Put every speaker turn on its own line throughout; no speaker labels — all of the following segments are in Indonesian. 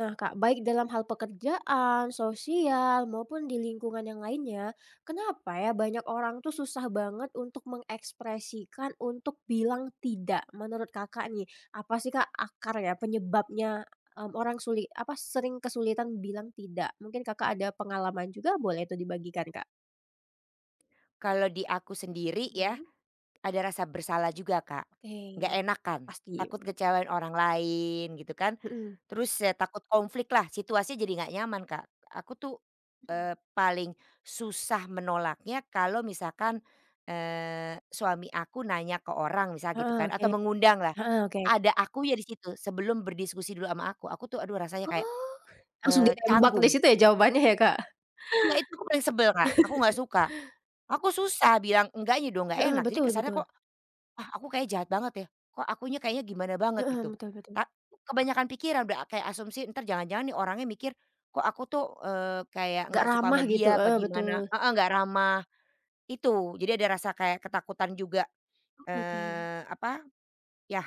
Nah, Kak, baik dalam hal pekerjaan, sosial, maupun di lingkungan yang lainnya, kenapa ya banyak orang tuh susah banget untuk mengekspresikan untuk bilang tidak? Menurut Kakak nih, apa sih Kak akar ya penyebabnya, orang sulit apa, sering kesulitan bilang tidak? Mungkin Kakak ada pengalaman juga boleh tuh dibagikan, Kak.
Kalau di aku sendiri ya,
Mhm.
ada rasa bersalah juga, Kak. Nggak
Oke,
enakan,
pasti,
takut ngecewain orang lain gitu kan.
mhm.
Terus ya takut konflik lah, situasinya jadi nggak nyaman, Kak. Aku tuh,
Mhm.
paling susah menolaknya kalau misalkan, suami aku nanya ke orang misal gitu
Heeh,
kan,
oke.
atau mengundang lah.
Heeh, oke.
Ada aku ya di situ sebelum berdiskusi dulu sama aku. Aku tuh aduh rasanya kayak,
Oh. Langsung ditembak di
canggung.
situ ya jawabannya ya, Kak?
Iya itu aku paling sebel, Kak, aku nggak suka. Aku susah bilang enggaknya dong, nggak
Heeh,
enak. Jadi
betul
kesannya
betul.
kok ah, aku kayak jahat banget ya, kok akunya kayaknya gimana banget
Heeh,
gitu.
betul betul.
Ta Kebanyakan pikiran udah kayak asumsi ntar jangan-jangan nih orangnya mikir, kok aku tuh, kayak
Nggak
nggak suka
ramah
sama
gitu,
dia apa
heeh, betul.
gimana heeh, nggak ramah, itu. Jadi ada rasa kayak ketakutan juga,
Oke oke.
eee, apa, ya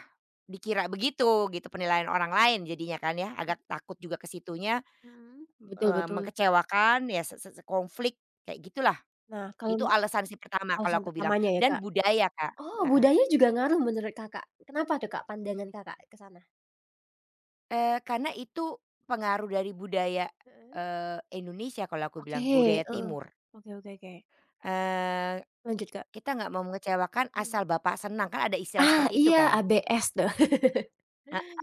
dikira begitu gitu penilaian orang lain jadinya kan ya, agak takut juga ke situnya,
Mhm. Betul betul.
mengecewakan ya se se se konflik kayak gitulah.
Nah, kalau
Itu alasan sih pertama kalau
alasan
aku bilang
pertamanya ya,
dan
Kak.
budaya Kak.
Oh, budaya juga ngaruh menurut Kakak? Kenapa tuh, Kak, pandangan Kakak ke sana?
Karena itu pengaruh dari budaya,
Heeh.
Indonesia kalau aku
Oke,
bilang,
heeh.
budaya timur.
Oke oke oke.
Eee,
Lanjut, Kak.
Kita nggak mau mengecewakan
Mhm.
asal bapak senang, kan ada istilah
Ah,
seperti itu
iya,
kan.
ABS tuh.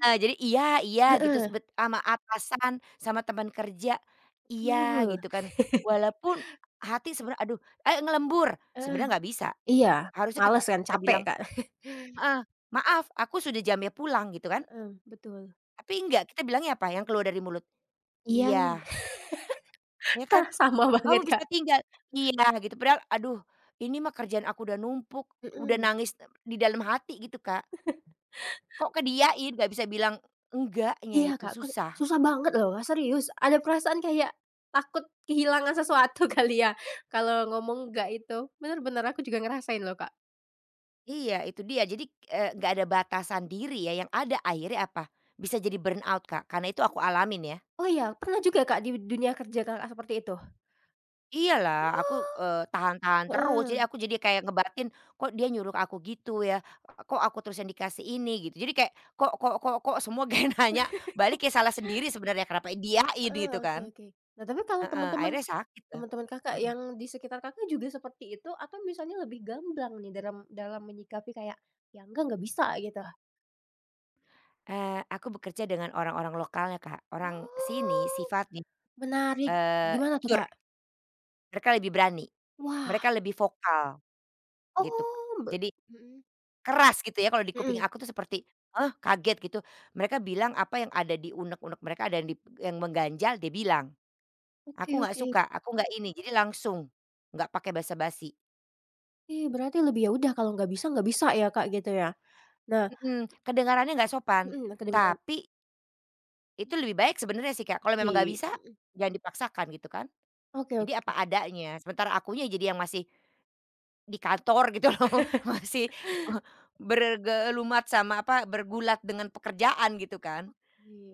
Heeh, jadi iya iya gitu
Heeh.
sebet sama atasan, sama teman kerja, iya
Betul.
gitu kan. Walaupun hati sebenarnya, "Aduh, ayo ngelembur,"
Heeh,
sebenarnya nggak bisa.
iya.
Harusnya kita
Males kan,
kita
capek,
bilang
Kak.
heeh, "Maaf, aku sudah jamnya pulang," gitu kan.
Heeh, betul.
Tapi enggak, kita bilangnya apa, yang keluar dari mulut,
Iya, ng
"Iya," ya
ta
kan?
sama banget,
Kamu
Kak.
bisa tinggal iya gitu padahal aduh ini mah kerjaan aku udah numpuk, udah
Mhm.
nangis eh, di dalam hati gitu Kak, kok kediain gak bisa bilang enggaknya
Iya,
itu
Kak, kan
susah.
susah banget loh, Kak, serius. Ada perasaan kayak takut kehilangan sesuatu kali ya, kalau ngomong enggak itu. Bener-bener aku juga ngerasain loh, Kak.
Iya itu dia jadi, nggak ada batasan diri ya yang ada akhirnya apa, bisa jadi burnout Kak karena itu aku alamin ya.
Oh iya, pernah juga, Kak, di dunia kerja Kakak seperti itu?
Iyalah aku,
Oh.
tahan-tahan terus
Heeh.
jadi aku jadi kayak ngebatin kok dia nyuruh aku gitu ya, kok aku terus yang dikasih ini gitu jadi kayak kok kok kok kok semua kayak nanya balik kayak salah sendiri sebenarnya kenapa diain
Heeh,
gitu
oke
kan.
oke. Nah, tapi kalau
Heeh,
teman-teman
akhirnya sakit lah.
teman-teman Kakak
Mhm.
yang di sekitar Kakak juga seperti itu atau misalnya lebih gamblang nih dalam dalam menyikapi kayak, "Ya enggak, nggak bisa," gitu?
Aku bekerja dengan orang-orang lokalnya, Kak. Orang sini
Oh.
sifatnya,
Menarik.
eee,
Gimana tuh,
jujur,
Kak?
mereka lebih berani,
Wah.
mereka lebih vokal gitu.
Oh, be
Jadi
mhm.
keras gitu ya, kalau di kuping
Mhm.
aku tuh seperti, "Hah?" Kaget gitu. Mereka bilang apa yang ada di unek-unek mereka dan yang mengganjal dia bilang,
Oke
"Aku nggak
oke.
suka, aku nggak ini." Jadi langsung, nggak pakai basa-basi.
Berarti berarti lebih ya udah kalau nggak bisa ya, Kak, gitu ya? Nah,
Mhm, kedengarannya nggak sopan,
mhm, kedengeran
tapi itu lebih baik sebenarnya sih, Kak. Kalau memang nggak
pasti,
bisa,
mhm,
jangan dipaksakan gitu kan.
oke
Jadi
oke
apa
oke.
adanya, sementara akunya jadi yang masih di kantor gitu loh, masih, eee, bergelumat sama apa, bergulat dengan pekerjaan gitu kan,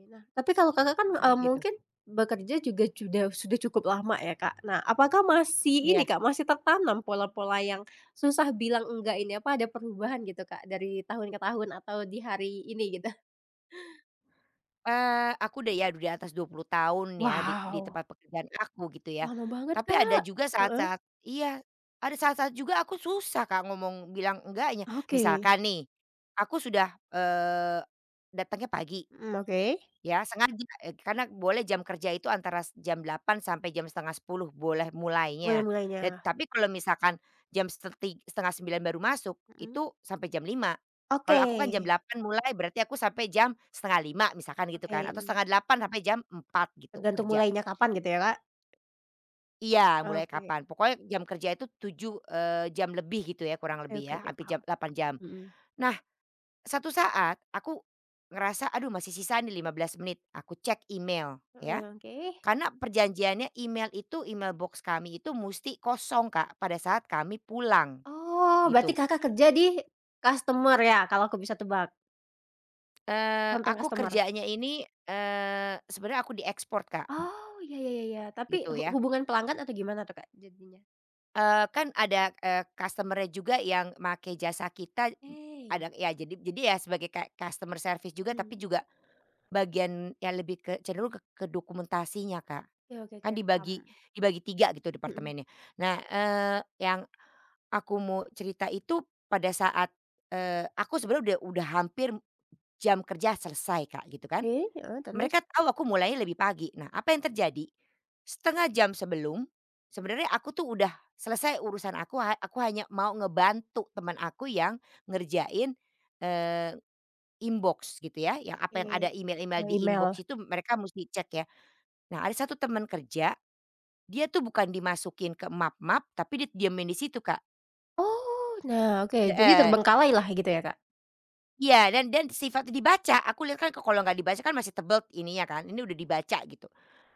Nah, tapi kalau Kakak kan,
seperti itu.
mungkin bekerja juga sudah cukup lama ya, Kak. Nah, apakah masih ini,
Iya,
Kak, masih tertanam pola-pola yang susah bilang enggak ini, apa ada perubahan gitu, Kak, dari tahun ke tahun atau di hari ini gitu?
aku udah ya di atas 20 tahun ya di
Wow,
tempat pekerjaan aku gitu ya.
lama banget,
Tapi ada
Kak.
juga
Heeh,
saat-saat iya, ada saat-saat juga aku susah Kak ngomong bilang enggaknya.
oke,
Misalkan nih, aku sudah, datangnya pagi.
mhm, oke.
Ya sengaja, karena boleh jam kerja itu antara jam delapan sampai jam setengah sepuluh boleh mulainya. Dan
Mulai-mulainya,
tapi kalau misalkan jam seti setengah sembilan baru masuk,
mhm,
itu sampai jam lima.
oke,
Kalau aku kan jam delapan mulai berarti aku sampai jam setengah lima misalkan gitu
oke,
kan, atau setengah delapan sampai jam empat gitu
Tergantung
kerja.
mulainya kapan gitu ya, Kak?
Iya mulai
Oke
kapan, pokoknya jam kerja itu 7 jam lebih gitu ya kurang
oke
lebih
oke
ya,
oke,
hampir
paham.
jam 8 jam.
Mhm.
Nah satu saat aku ngerasa, "Aduh masih sisa nih 15 menit," aku cek email
Heeh,
ya.
oke.
Karena perjanjiannya email itu, email box kami itu mesti kosong, Kak, pada saat kami pulang,
Oh, berarti
gitu.
Kakak kerja di customer ya, kalau aku bisa tebak? Tentang
Aku
customer?
kerjanya ini, sebenarnya aku diekspor, Kak,
Oh, ya ya ya ya, tapi
gitu ya.
hubungan pelanggan atau gimana tuh, Kak, jadinya?
Kan ada, customer-nya juga yang make jasa kita,
Oke.
ada ya jadi ya sebagai kayak customer service juga, tapi
Mhm.
juga bagian yang lebih ke cenderung ke dokumentasinya, Kak.
Oke oke oke,
Kan
paham.
dibagi Dibagi 3 gitu
Mhm.
departemennya. Nah, eee, yang aku mau cerita itu pada saat, aku sebenarnya udah hampir jam kerja selesai, Kak, gitu kan.
Oke, heeh, terus?
Mereka tahu aku mulainya lebih pagi. Nah, apa yang terjadi, setengah jam sebelum, sebenarnya aku tuh udah selesai urusan aku, ha aku hanya mau ngebantu teman aku yang ngerjain, eee, inbox gitu ya, yang apa yang ada
Eee,
email-email
eee,
di
email.
inbox itu mereka mesti cek ya. Nah, ada satu teman kerja, dia tuh bukan dimasukin ke map-map, tapi dia didiemin di situ, Kak.
Oh, nah oke, jadi terbengkalailah gitu ya, Kak?
Iya, dan sifatnya dibaca, aku lihat kan kalau nggak dibaca kan masih tebel ininya kan, ini udah dibaca gitu.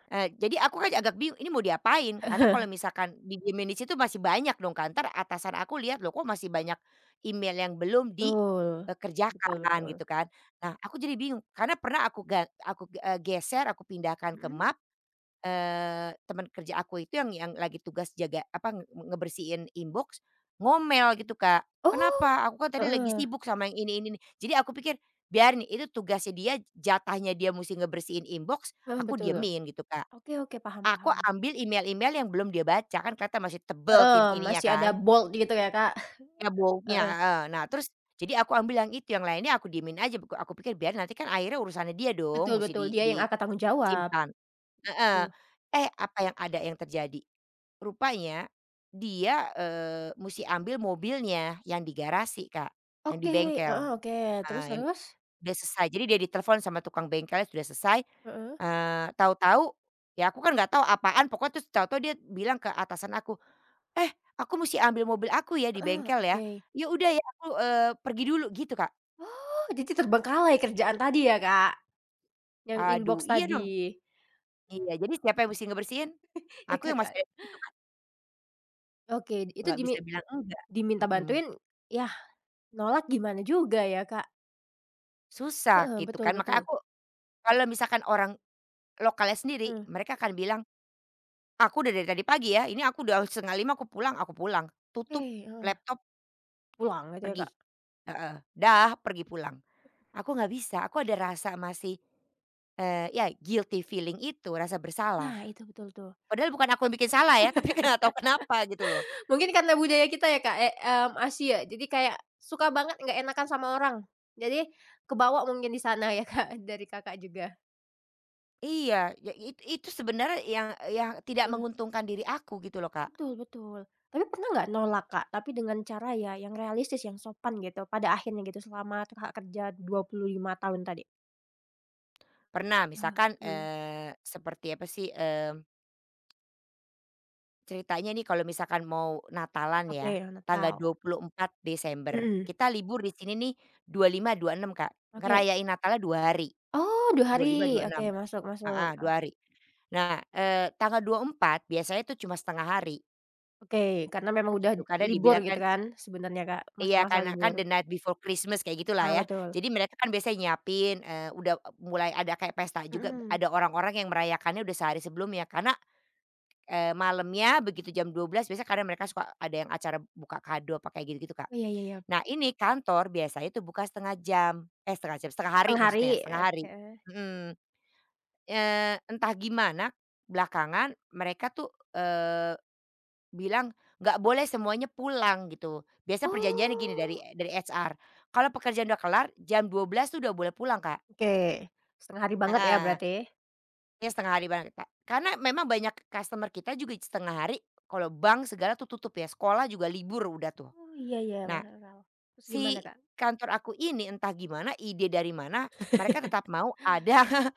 Jadi aku kan agak bingung ini mau diapain, karena kalau misalkan didiemin di situ masih banyak dong kan, entar atasan aku lihat, "Loh kok masih banyak email yang belum
Betul. Betul
dikerjakan
betul.
gitu kan." Nah, aku jadi bingung, karena pernah aku ga aku, eee, geser, aku pindahkan ke
Mhm.
Mac. Teman kerja aku itu yang lagi tugas jaga apa, ngebersihin inbox, ngomel gitu, Kak,
Oh,
"Kenapa? Aku kan tadi lagi
heeh,
sibuk sama yang ini nih." Jadi aku pikir, biarin itu tugasnya dia, jatahnya dia mesti ngebersihin inbox,
heeh,
aku
betul.
diemin gitu, Kak.
Oke oke, paham
Aku
paham.
ambil email-email yang belum dia baca, kan kelihatan masih tebel
Heeh,
ininya
masih ada
kan,
bold gitu ya, Kak.
ya baunya
Heeh,
heeh. Nah, terus jadi aku ambil yang itu, yang lainnya aku diemin aja, aku pikir biar nanti kan akhirnya urusannya dia
betul
dong mesti
betul,
di
dia yang akan tanggung jawab,
disimpan heeh.
betul.
Eh, apa yang ada yang terjadi? Rupanya dia, musti ambil mobilnya yang di garasi, Kak, yang di
Oke, heeh,
bengkel,
oke,
heeh,
terus
yang
terus?
udah selesai. Jadi dia ditelepon sama tukang bengkelnya sudah selesai,
Heeh.
tahu-tahu ya aku kan nggak tahu apaan pokoknya terus tahu-tahu dia bilang ke atasan aku, "Eh, aku mesti ambil mobil aku ya di
Heeh,
bengkel ya.
oke.
Ya udah ya aku, pergi dulu," gitu, Kak.
Oh, jadi terbengkalai kerjaan tadi ya, Kak, yang
Aduh,
inbox
iya dong.
tadi.
Iya, jadi siapa yang mesti ngebersihin?
Ya,
Aku yang masih
Kakak
ada di situ kan,
oke, itu
nggak
dimi
bisa bilang enggak,
diminta
mhm,
bantuin, yah nolak gimana juga ya, Kak?
susah
Heeh,
gitu
betul
kan. Makanya
betul.
aku kalau misalkan orang lokalnya sendiri,
Mmm.
mereka akan bilang, "Aku udah dari tadi pagi ya, ini aku udah setengah lima aku pulang aku pulang."
Oke,
Tutup
heeh.
laptop,
Pulang gitu ya,
pergi,
Kak?
heeh, dah pergi pulang. Aku nggak bisa, aku ada rasa masih, ya guilty feeling itu, rasa bersalah.
Nah, itu betul tuh.
Padahal bukan aku yang bikin salah ya, tapi nggak tahu kenapa gitu loh.
Mungkin karena budaya kita ya, Kak, Asia, jadi kayak suka banget nggak enakan sama orang. Jadi kebawa mungkin di sana ya, Kak, dari Kakak juga.
Iya, ya itu sebenarnya yang tidak
Mmm.
menguntungkan diri aku gitu loh, Kak.
Betul betul. Tapi pernah nggak nolak, Kak, tapi dengan cara ya yang realistis, yang sopan gitu, pada akhirnya gitu selama Kakak kerja 25 tahun tadi?
Pernah
Oh,
misalkan,
mhm.
seperti apa sih, mmm. Ceritanya nih kalau misalkan mau Natalan
Oke,
ya,
mana
tanggal
tahu.
24 Desember,
Mhm.
kita libur di sini nih 25, 26, Kak.
Oke.
Ngerayain Natalnya 2 hari,
Oh, 2 hari,
25,
oke
26
masuk masuk,
heeh, 2 hari. Nah, tanggal 24 biasanya tuh cuma setengah hari
oke, karena memang udah
gitu, karena
libur
dibilang
gitu
kan
kan sebenarnya, Kak,
iya,
masa-masa
karena
libur.
kan the night before Christmas kayak gitulah
Ah,
ya.
betul.
Jadi mereka kan biasanya nyiapin, udah mulai ada kayak pesta juga,
Mhm.
ada orang-orang yang merayakannya udah sehari sebelumnya karena malamnya begitu jam dua belas biasanya kadang mereka suka ada yang acara buka kado apa kayak gitu-gitu, Kak.
Oh, iya iya iya.
Nah ini kantor biasanya itu buka setengah jam, eh 1 jam, setengah hari
Setengah hari?
maksudnya, setengah hari.
Oke.
Mhm, entah gimana belakangan mereka tuh, bilang nggak boleh semuanya pulang gitu. Biasa perjanjiannya gini
Oh.
dari HR, kalau pekerjaan udah kelar jam dua belas tuh udah boleh pulang, Kak.
Oke, setengah hari banget ya
Heeh.
berarti?
Ya setengah hari bareng kita. Karena memang banyak customer kita juga setengah hari kalau bank segala tuh tutup ya, sekolah juga libur udah tuh.
Oh, iya iya,
Nah,
masuk akal. Terus gimana,
si
Kak?
kantor aku ini entah gimana ide dari mana, mereka tetap mau ada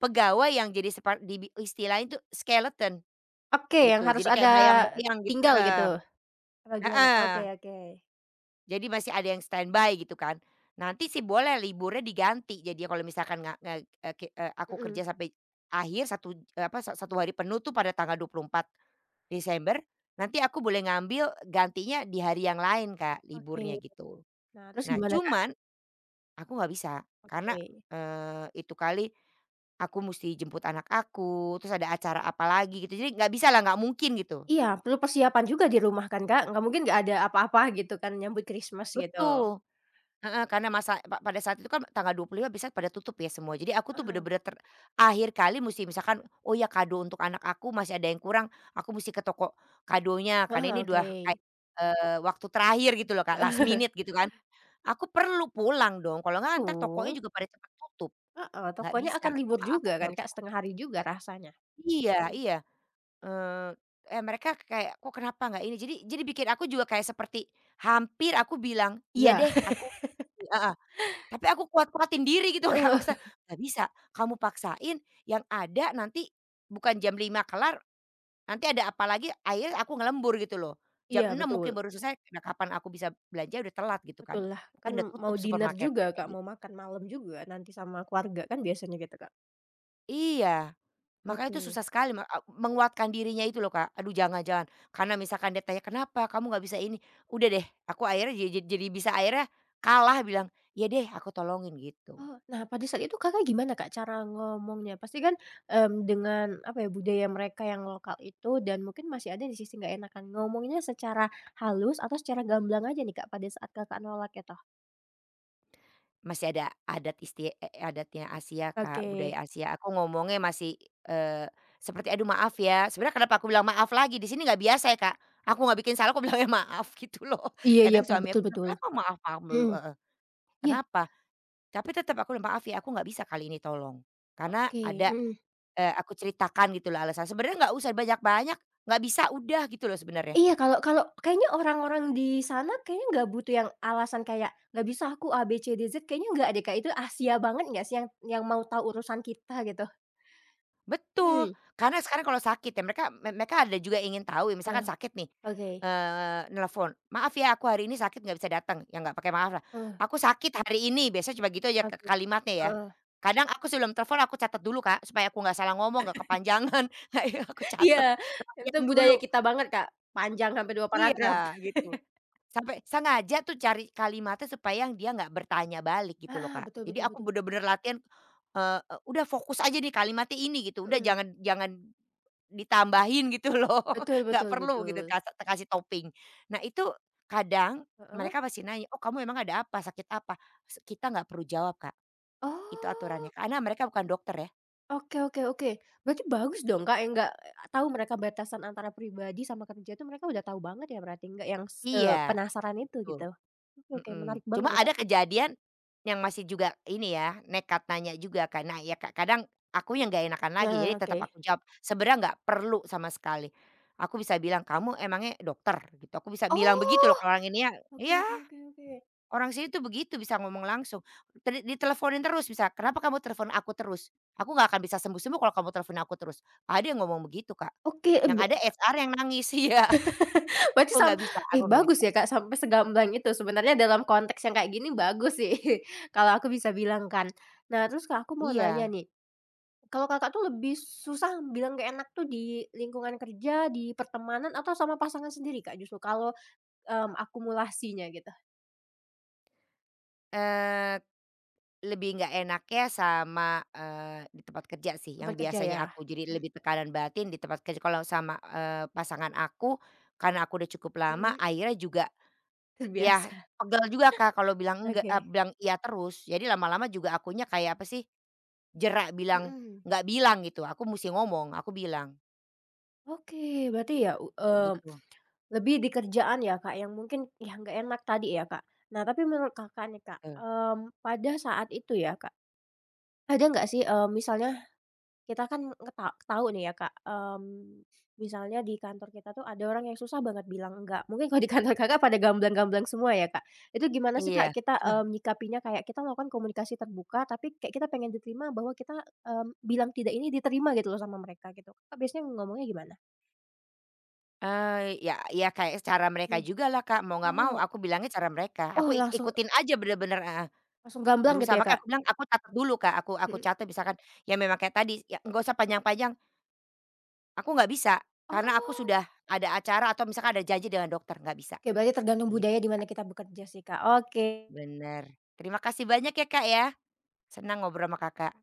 pegawai yang jadi sepa dibi istilahnya itu skeleton
Oke, yang
gitu.
harus
Jadi
ada
kayak bayang-bayang gitu,
tinggal gitu?
heeh,
Apa gimana? Oke
heeh.
oke.
Jadi masih ada yang standby gitu kan. Nanti sih boleh liburnya diganti. Jadi kalau misalkan nggak nga eee, ke eee, aku
Mhm,
kerja sampai akhir satu, eh, apa, sa satu hari penuh tuh pada tanggal dua puluh empat Desember, nanti aku boleh ngambil gantinya di hari yang lain Kak,
oke.
liburnya gitu.
Nah, terus
Nah
gimana, Kak?
cuman aku nggak bisa karena,
Oke.
itu kali aku mesti jemput anak aku, terus ada acara apa lagi gitu, jadi nggak bisa lah nggak mungkin gitu.
Iya, perlu persiapan juga di rumah kan, Kak? Nggak mungkin nggak ada apa-apa gitu kan nyambut Christmas gitu.
Betul, heeh, karena masa pa pada saat itu kan tanggal 25 bisa pada tutup ya semua, jadi aku tuh
Heeh,
bener-bener akhir kali mesti misalkan, oh ya kado untuk anak aku masih ada yang kurang, aku mesti ke toko kadonya,
heeh,
karena ini udah
oke.
kayak, waktu terakhir gitu loh Kak, last minute gitu kan. Aku perlu pulang dong, kalau nggak entar tokonya
Betul,
juga pada cepat tutup,
heeh,
nggak
tokonya
bisa,
akan
aku
libur
maaf
juga
aku
kan,
nggak
Kak,
bisa.
setengah hari juga rasanya.
Iya
Mhm.
iya, eee, mereka kayak, "Kok kenapa nggak ini?" Jadi bikin aku juga kayak seperti hampir aku bilang, "Iya
Iya,
deh aku," heeh, tapi aku kuat-kuatin diri gitu Kak,
heeh.
maksudnya, "Nggak bisa, kamu paksain yang ada nanti bukan jam 5 kelar, nanti ada apa lagi," akhirnya aku ngelembur gitu loh. Jam
Iya
6 mungkin
betul,
baru selesai, nah kapan aku bisa belanja udah telat gitu kan,
betul lah
mungkin
kan
udah
mau
tutup
dinner juga
supermarketnya kayak
Kak, mau
gitu.
makan malam juga nanti sama keluarga kan biasanya gitu Kak.
Iya. Makanya itu
Oke.
susah sekali menguatkan dirinya itu loh, Kak. Aduh jangan jangan, karena misalkan dia tanya, "Kenapa kamu nggak bisa ini?" Udah deh, aku akhirnya ja ja jadi bisa akhirnya kalah bilang, "Ya deh aku tolongin," gitu.
Oh, nah pada saat itu Kakak gimana Kak cara ngomongnya? Pasti kan, dengan apa ya, budaya mereka yang lokal itu dan mungkin masih ada di sisi nggak enakan, ngomongnya secara halus atau secara gamblang aja nih Kak pada saat Kakak nolak ya toh?
Masih ada adatnya Asia, Kak,
Oke,
budaya Asia. Aku ngomongnya masih, eee, seperti, "Aduh maaf ya." Sebenarnya kenapa aku bilang maaf lagi, di sini nggak biasa ya, Kak. Aku nggak bikin salah aku bilangnya maaf gitu loh.
iya iya
Kadang
paham,
suami
betul
aku bilang,
betul,
"Kenapa maaf maaf dulu.
mhm, iya,
Kenapa?" Tapi tetap aku bilang, "Maaf ya aku nggak bisa kali ini tolong." Karena
oke,
ada
mhm.
Aku ceritakan gitu loh alasan, sebenarnya nggak usah banyak-banyak, nggak bisa udah gitu loh sebenarnya.
Iya, kalau kalau kayaknya orang-orang di sana kayaknya nggak butuh yang alasan kayak, "Nggak bisa aku A, B, C, D, Z," kayaknya nggak deh, Kak, itu Asia banget nggak sih yang mau tahu urusan kita gitu? Hmm.
Betul, karena sekarang kalau sakit ya mereka ada juga ingin tahu ya misalkan
Eh,
sakit nih,
oke.
nelfon, "Maaf ya aku hari ini sakit nggak bisa datang," ya nggak pakai maaf lah,
Eh,
"Aku sakit hari ini," biasanya cuma gitu aja
oke.
kalimatnya ya.
Heeh.
Kadang aku sebelum telepon aku catat dulu Kak, supaya aku nggak salah ngomong, nggak kepanjangan, nah iya aku
Iya,
catat
itu
latihan dulu.
budaya kita banget, Kak, panjang sampai 2 paragraf.
Iya gitu. Sampai sengaja tuh cari kalimatnya supaya yang dia nggak bertanya balik gitu loh,
Heeh,
Kak.
betul
Jadi
betul
aku
betul.
bener-bener latihan, eee, e udah fokus aja nih kalimatnya ini gitu, udah
Mhm,
jangan jangan ditambahin gitu loh,
betul
nggak
betul
perlu gitu
betul.
kasih topping. Nah itu kadang
Heeh,
mereka masih nanya, "Oh kamu emang ada apa? Sakit apa?" Se kita nggak perlu jawab, Kak. Itu
oh.
aturannya, karena mereka bukan dokter ya.
Oke oke oke. Berarti bagus dong, Kak, yang nggak e, tahu mereka batasan antara pribadi sama kerja itu mereka udah tahu banget ya berarti, nggak yang
Iya,
sepenasaran itu
betul.
gitu? Oke oke,
Mhm,
menarik banget
cuma
nih, Kak.
ada kejadian yang masih juga ini ya, nekat nanya juga karena ya kadang aku yang nggak enakan lagi, jadi
Nah, oke.
tetap aku jawab, "Sebenarnya nggak perlu sama sekali." Aku bisa bilang, "Kamu emangnya dokter?" Gitu, aku bisa bilang begitu loh
Oh,
ke orang ini ya
oke
iya,
oke oke oke.
orang sini tuh begitu bisa ngomong langsung. Tadi diteleponin terus bisa, "Kenapa kamu telepon aku terus? Aku nggak akan bisa sembuh-sembuh kalau kamu telepon aku terus." Ada yang ngomong begitu, Kak,
Oke, e
yang
be
ada HR yang nangis ya
berarti
aku
sam
nggak bisa
eh,
aku nggak
bagus
bisa.
ya, Kak, sampai segamblang itu sebenarnya dalam konteks yang kayak gini bagus sih kalau aku bisa bilang kan. Nah, terus, Kak, aku mau nanya
Iya,
nih, kalau Kakak tuh lebih susah bilang nggak enak tuh di lingkungan kerja, di pertemanan, atau sama pasangan sendiri, Kak, justru kalau akumulasinya gitu.
eee lebih nggak enaknya sama, di tempat kerja sih,
Tempat
yang
kerja ya?
biasanya aku jadi
Mhm
lebih tekanan batin di tempat kerja kalau sama, pasangan aku, karena aku udah cukup lama
mhm.
akhirnya juga ya
Terbiasa.
pegel juga Kak kalau bilang enggak
Oke.
bilang iya terus. Jadi lama-lama juga akunya kayak apa sih, jera bilang
Mhm.
nggak bilang gitu, aku musti ngomong, aku bilang,
Oke, berarti ya,
kayak gitu.
lebih di kerjaan ya, Kak, yang mungkin yang nggak enak tadi ya, Kak. Nah, tapi menurut Kakak nih, Kak,
Heeh,
pada saat itu ya, Kak, ada nggak sih, misalnya kita kan tahu nih ya, Kak, misalnya di kantor kita tuh ada orang yang susah banget bilang enggak. Mungkin kalau di kantor Kakak pada gamblang-gamblang semua ya, Kak? Itu gimana sih, Kak,
iya,
kita, menyikapinya kayak kita melakukan komunikasi terbuka, tapi kayak kita pengen diterima bahwa kita, bilang tidak ini diterima gitu loh sama mereka gitu. Kakak biasanya ngomongnya gimana?
eee, ya ya kayak cara mereka
Mmm.
jugalah Kak, mau nggak mau
Oh
aku bilangnya cara mereka, aku
oh
ik
langsung
ikutin aja bener-bener heeh.
langsung gamblang gitu
Berusaha
ya,
makanya
Kak?
aku bilang aku catat dulu Kak, aku
Mhm.
catat misalkan ya memang kayak tadi, ya nggak usah panjang-panjang, aku nggak bisa, karena aku
Oh,
sudah ada acara atau misalkan ada janji dengan dokter, nggak bisa,
oke berarti tergantung
gitu.
budaya di mana kita bekerja sih, Kak. Oke.
Bener. Terima kasih banyak ya Kak ya, senang ngobrol sama Kakak.